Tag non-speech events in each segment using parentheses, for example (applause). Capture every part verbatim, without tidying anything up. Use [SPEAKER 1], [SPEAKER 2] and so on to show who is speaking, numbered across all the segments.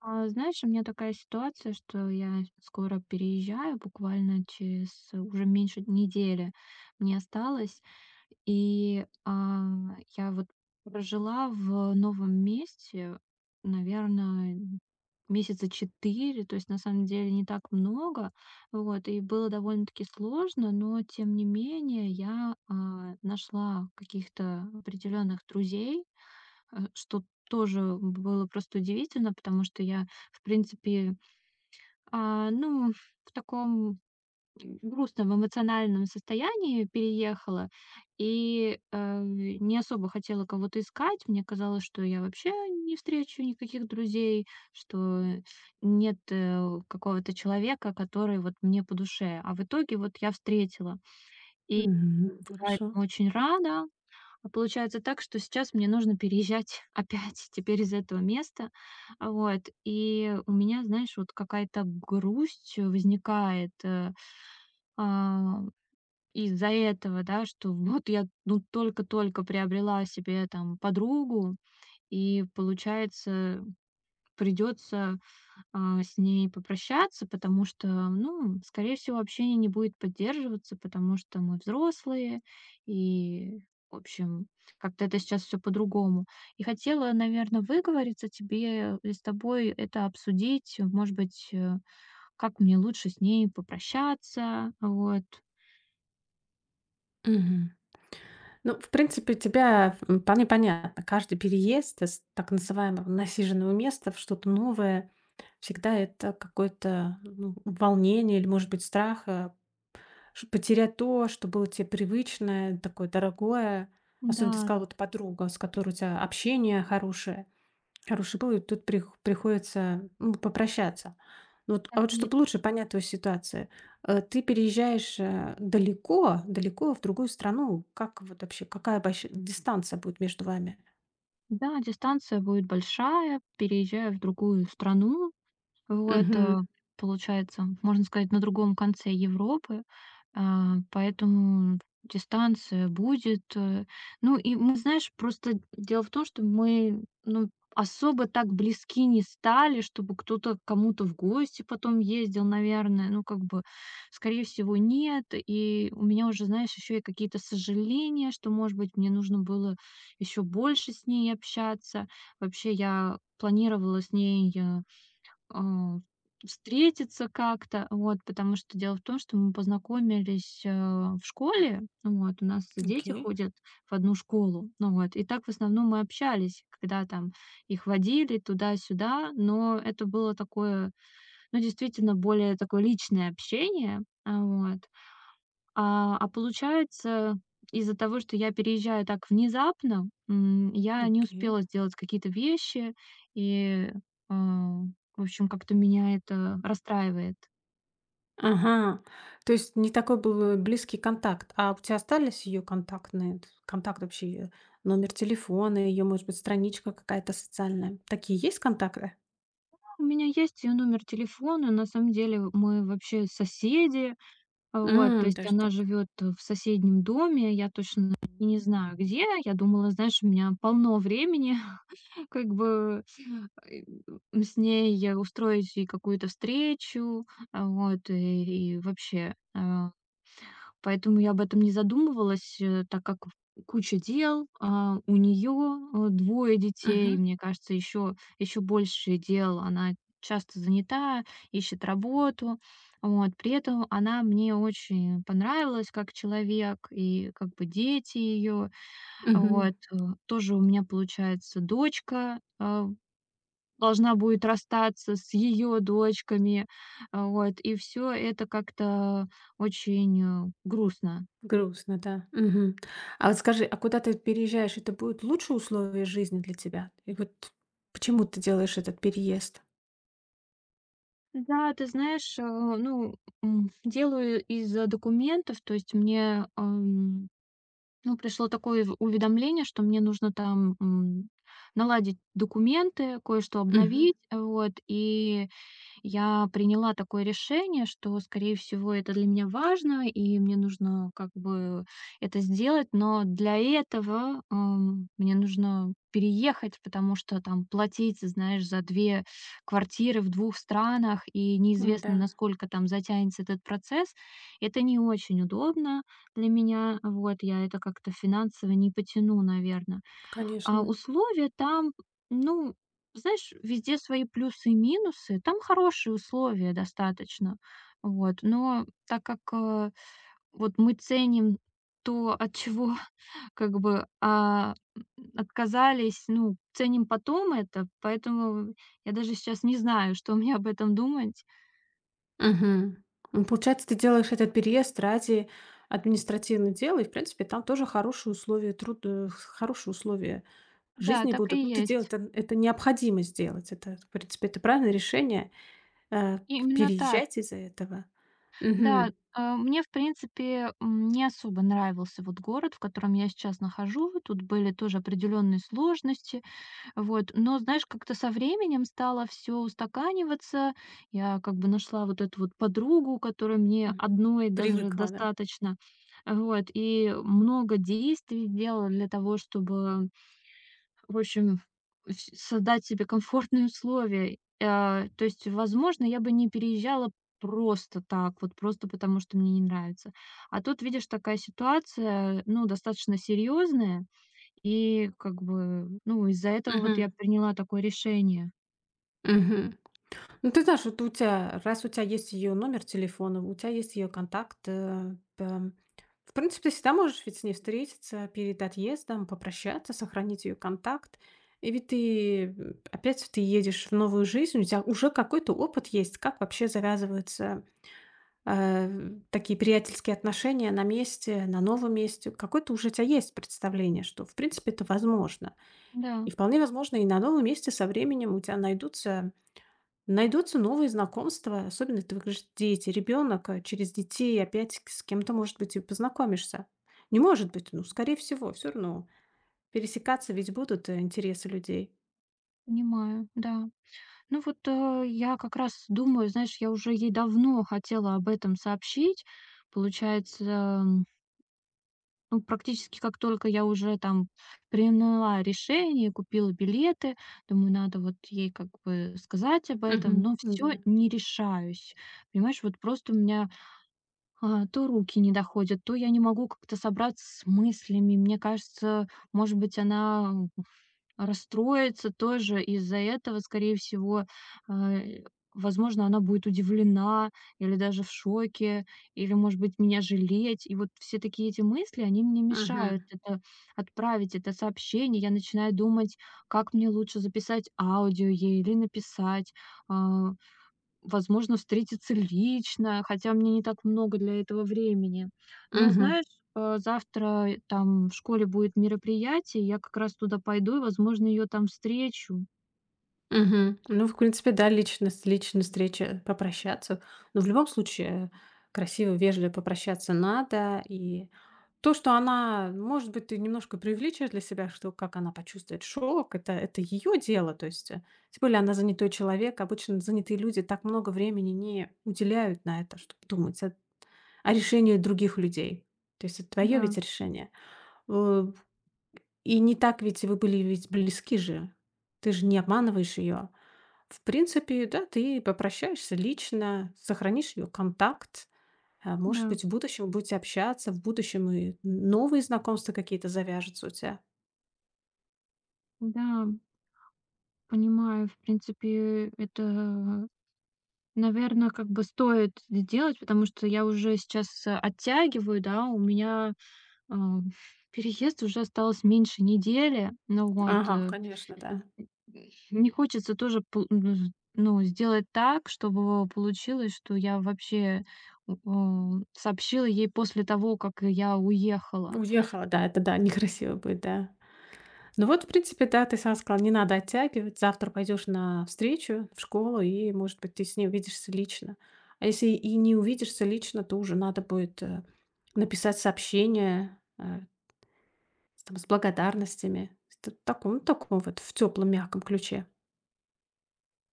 [SPEAKER 1] А, знаешь, у меня такая ситуация, что я скоро переезжаю, буквально через э, уже меньше недели мне осталось. И а, я вот прожила в новом месте, наверное, месяца четыре, то есть на самом деле не так много, вот, и было довольно-таки сложно, но тем не менее я а, нашла каких-то определенных друзей, э, что тоже было просто удивительно, потому что я, в принципе, а, ну, в таком грустном эмоциональном состоянии переехала и, э, не особо хотела кого-то искать. Мне казалось, что я вообще не встречу никаких друзей, что нет, э, какого-то человека, который вот мне по душе. А в итоге вот я встретила. И
[SPEAKER 2] Мгм.
[SPEAKER 1] была
[SPEAKER 2] Хорошо.
[SPEAKER 1] этому очень рада. А получается так, что сейчас мне нужно переезжать (laughs) опять теперь из этого места. А, вот. И у меня, знаешь, вот какая-то грусть возникает, э, а, из-за этого, да, что вот я, ну, только-только приобрела себе там подругу, и получается придется а, с ней попрощаться, потому что, ну, скорее всего, общение не будет поддерживаться, потому что мы взрослые, и, в общем, как-то это сейчас все по-другому. И хотела, наверное, выговориться тебе и с тобой это обсудить, может быть, э, как мне лучше с ней попрощаться, вот.
[SPEAKER 2] Мгм. Ну, в принципе, тебя м, вполне понятно. Каждый переезд из так называемого насиженного места в что-то новое всегда это какое-то ну, волнение или, может быть, страх э, ш- потерять то, что было тебе привычное, такое дорогое. Особенно ты
[SPEAKER 1] Да,
[SPEAKER 2] сказала, вот подруга, с которой у тебя общение хорошее. Хороший был, и тут при приходится, ну, попрощаться. Ну вот, а
[SPEAKER 1] так
[SPEAKER 2] вот
[SPEAKER 1] и есть.
[SPEAKER 2] чтобы лучше понять твою ситуацию, э, ты переезжаешь, э, далеко далеко в другую страну. Как вот вообще, какая больш дистанция будет между вами?
[SPEAKER 1] Да, дистанция будет большая, переезжая в другую страну, вот, э,
[SPEAKER 2] Угу.
[SPEAKER 1] получается, можно сказать, на другом конце Европы, а, поэтому дистанция будет. э. Ну и мы, знаешь, просто дело в том, что мы, ну, особо так близки не стали, чтобы кто-то к кому-то в гости потом ездил, наверное. Ну, как бы, скорее всего, нет. И у меня уже, знаешь, еще и какие-то сожаления, что, может быть, мне нужно было еще больше с ней общаться. Вообще, я планировала с ней э, а, встретиться как-то, вот. Потому что дело в том, что мы познакомились, э, в школе. Вот, у нас дети
[SPEAKER 2] Окей,
[SPEAKER 1] ходят в одну школу. Ну вот, и так в основном мы общались, когда там их водили туда-сюда. Но это было такое, ну, действительно, более такое личное общение. А, вот. А, а получается, из-за того, что я переезжаю так внезапно, м, я не
[SPEAKER 2] окей.
[SPEAKER 1] успела сделать какие-то вещи, и, а, в общем, как-то меня это расстраивает.
[SPEAKER 2] Ага. То есть не такой был, э, близкий контакт. А у тебя остались ее контактные т контакт вообще её, номер телефона, ее, может быть, страничка какая-то социальная? Такие есть контакты?
[SPEAKER 1] У меня есть ее номер телефона, на самом деле мы вообще соседи, вот, то
[SPEAKER 2] М,
[SPEAKER 1] есть
[SPEAKER 2] даже
[SPEAKER 1] она
[SPEAKER 2] так.
[SPEAKER 1] живет в соседнем доме, я точно не знаю где, я думала, знаешь, у меня полно времени, (laughs) как бы э, с ней я устроить и какую-то встречу, а, вот, и, и вообще. а, Поэтому я об этом не задумывалась, э, так как куча дел, а, у нее двое детей,
[SPEAKER 2] Угу.
[SPEAKER 1] мне кажется, еще, еще больше дел, она часто занята, ищет работу, вот. При этом она мне очень понравилась как человек, и как бы дети ее,
[SPEAKER 2] Мгм.
[SPEAKER 1] вот, э, тоже у меня получается дочка, э, должна будет расстаться с ее дочками. А, вот, и все это как-то очень, э, грустно.
[SPEAKER 2] Грустно, да. Мгм. А вот скажи, а куда ты переезжаешь, это будут лучшие условия жизни для тебя? И вот почему ты делаешь этот переезд?
[SPEAKER 1] Да, ты знаешь, э, ну, м, делаю из, э, документов, то есть мне, ам, ну, пришло такое в уведомление, что мне нужно там, м, наладить документы, кое-что
[SPEAKER 2] Мгм.
[SPEAKER 1] обновить, э, вот, и я приняла такое решение, что, скорее всего, это для меня важно, и мне нужно как бы это сделать, но для этого ам, мне нужно переехать, потому что там платить, знаешь, за две квартиры в двух странах, и
[SPEAKER 2] Да,
[SPEAKER 1] неизвестно, насколько там затянется этот процесс, это не очень удобно для меня. Вот, я это как-то финансово не потяну, наверное. А
[SPEAKER 2] конечно.
[SPEAKER 1] условия там, ну, знаешь, везде свои плюсы и минусы. Там хорошие условия достаточно. Вот. Но так как э, вот мы ценим то, от чего (laughs) как бы а, м, отказались, ну, ценим потом это, поэтому я даже сейчас не знаю, что мне об этом думать.
[SPEAKER 2] Мгм. Ну, получается, ты делаешь этот переезд ради административных дел, и, в принципе, там тоже хорошие условия труда, хорошие условия
[SPEAKER 1] Да,
[SPEAKER 2] жизни
[SPEAKER 1] так и
[SPEAKER 2] будут. Ну, ты делаешь
[SPEAKER 1] есть.
[SPEAKER 2] это, это необходимо сделать. Это, в принципе, это правильное решение э,
[SPEAKER 1] Именно так.
[SPEAKER 2] переезжать из-за этого.
[SPEAKER 1] Да,
[SPEAKER 2] Мгм.
[SPEAKER 1] а, мне, в принципе, м, не особо нравился вот город, в котором я сейчас нахожу. Тут были тоже определенные сложности. Вот. Но, знаешь, как-то со временем стало все устаканиваться. Я как бы нашла вот эту вот подругу, которой мне
[SPEAKER 2] Мгм.
[SPEAKER 1] одной даже
[SPEAKER 2] Привыкла, да.
[SPEAKER 1] достаточно. Вот. И много действий делала для того, чтобы в общем, с создать себе комфортные условия. А, то есть, возможно, я бы не переезжала просто так, вот просто потому, что мне не нравится. А тут, видишь, такая ситуация, ну, достаточно серьезная, и как бы, ну, из-за этого вот
[SPEAKER 2] Мгм.
[SPEAKER 1] я приняла такое решение.
[SPEAKER 2] Мгм. Ну, ты знаешь, вот у тебя раз у тебя есть ее номер телефона, у тебя есть ее контакт, э, там, в принципе, ты всегда можешь ведь с ней встретиться перед отъездом, попрощаться, сохранить ее контакт. И ведь ты, м, опять ты едешь в новую жизнь, у тебя уже какой-то опыт есть, как вообще завязываются, э, такие приятельские отношения на месте, на новом месте. Какое-то уже у тебя есть представление, что, в принципе, это возможно.
[SPEAKER 1] Да,
[SPEAKER 2] И вполне возможно, и на новом месте со временем у тебя найдутся Найдутся новые знакомства, особенно ты говоришь, дети, ребенок, э, через детей опять к с кем-то, может быть, и познакомишься. Не может быть, ну, скорее всего, все равно. Пересекаться ведь будут, э, интересы людей.
[SPEAKER 1] понимаю, да. Ну вот, э, я как раз думаю, знаешь, я уже ей давно хотела об этом сообщить. Получается ну, практически как только я уже там приняла решение, купила билеты, думаю, надо вот ей как бы сказать об этом,
[SPEAKER 2] Мгм.
[SPEAKER 1] но
[SPEAKER 2] Да.
[SPEAKER 1] все не решаюсь. Понимаешь, вот просто у меня, а, то руки не доходят, то я не могу как-то собраться с мыслями. Мне кажется, может быть, она расстроится тоже из-за этого, скорее всего. А, возможно, она будет удивлена или даже в шоке, или, может быть, меня жалеть. И вот все такие эти мысли, они мне мешают
[SPEAKER 2] Мгм.
[SPEAKER 1] это отправить, это сообщение. Я начинаю думать, как мне лучше записать аудио ей или написать. А, Возможно, встретиться лично, хотя мне не так много для этого времени. Но
[SPEAKER 2] Мгм.
[SPEAKER 1] знаешь, э, завтра там в школе будет мероприятие, я как раз туда пойду и, возможно, ее там встречу.
[SPEAKER 2] Мгм. Ну, в принципе, да, лично личная встреча, попрощаться. Но в любом случае, красиво, вежливо попрощаться надо. И то, что она, может быть, ты немножко преувеличиваешь для себя, что как она почувствует шок, это, это ее дело. То есть, э, тем более она занятой человек. Обычно занятые люди так много времени не уделяют на это, чтобы думать о, о решении других людей. То есть это твое
[SPEAKER 1] Да,
[SPEAKER 2] ведь решение. Э, и не так ведь вы были ведь близки же. Ты же не обманываешь ее. В принципе, да, ты попрощаешься лично, сохранишь ее контакт. А может
[SPEAKER 1] да,
[SPEAKER 2] быть, в будущем будете общаться, в будущем и новые знакомства какие-то завяжутся у тебя.
[SPEAKER 1] да, понимаю. В принципе, это, наверное, как бы стоит сделать, потому что я уже сейчас э, оттягиваю, да, у меня а, (laughs) переезд уже осталось меньше недели, ну вот,
[SPEAKER 2] Ага,
[SPEAKER 1] э,
[SPEAKER 2] конечно, да.
[SPEAKER 1] не хочется тоже пол ну з ну, сделать так, чтобы получилось, что я вообще, э, м, сообщила ей после того, как я уехала.
[SPEAKER 2] Уехала, да, это да, некрасиво будет, да. Ну вот, в принципе, да, ты сам сказал, не надо оттягивать. Завтра пойдешь на встречу в школу, и, может быть, ты с ней увидишься лично. А если и не увидишься лично, то уже надо будет э, написать сообщение э, с там, с благодарностями. В таком, таком вот, в теплом, мягком ключе.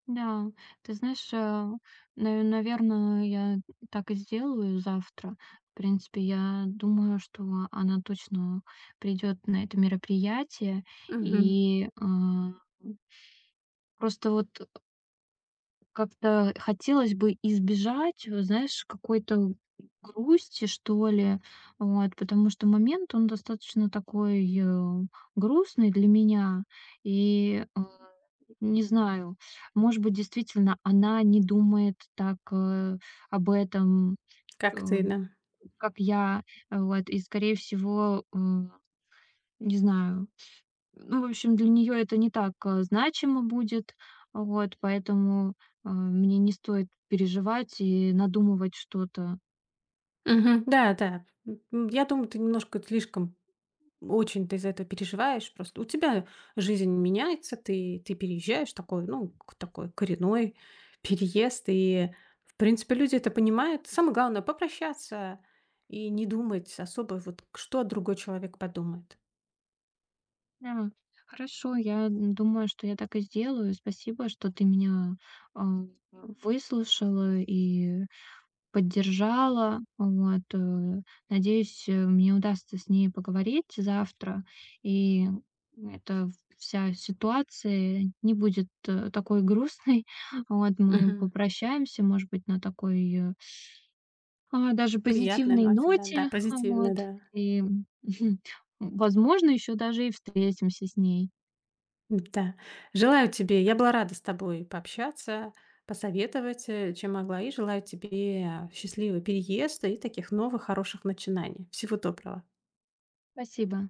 [SPEAKER 1] Да, ты знаешь, э, наверное, я так и сделаю завтра. В принципе, я думаю, что она точно придет на это мероприятие.
[SPEAKER 2] Мгм.
[SPEAKER 1] И, э, просто вот как-то хотелось бы избежать, э, знаешь, какой-то грусти, что ли. Вот, потому что момент, он достаточно такой, э, грустный для меня. И, э, не знаю, может быть, действительно, она не думает так, э, об этом, э,
[SPEAKER 2] Как ты, да.
[SPEAKER 1] как я. э, Вот, и, скорее всего, м, не знаю, ну, в общем, для нее это не так, э, значимо будет, вот, поэтому, э, мне не стоит переживать и надумывать что-то.
[SPEAKER 2] Мгм. Да, да. М, я думаю, ты немножко слишком очень ты из-за этого переживаешь. Просто у тебя жизнь меняется, ты, ты переезжаешь, такой, ну, к- такой коренной переезд. И, в принципе, люди это понимают. Самое главное — попрощаться и не думать особо, вот, к- что другой человек подумает.
[SPEAKER 1] Да, хорошо, я думаю, что я так и сделаю. Спасибо, что ты меня, а, выслушала и поддержала. Вот, э, надеюсь, э, мне удастся с ней поговорить завтра, и эта вся ситуация не будет, э, такой грустной. (laughs) Вот, мы
[SPEAKER 2] Мгм.
[SPEAKER 1] попрощаемся, может быть, на такой, э, а, даже
[SPEAKER 2] Приятная
[SPEAKER 1] позитивной
[SPEAKER 2] нота, да, да,
[SPEAKER 1] ноте. Вот,
[SPEAKER 2] позитивная, да.
[SPEAKER 1] и, (laughs) возможно, еще даже и встретимся с ней.
[SPEAKER 2] Да. Желаю тебе, я была рада с тобой пообщаться, посоветовать, э, чем могла, и желаю тебе э, счастливого переезда и таких новых хороших начинаний. Всего доброго.
[SPEAKER 1] Спасибо.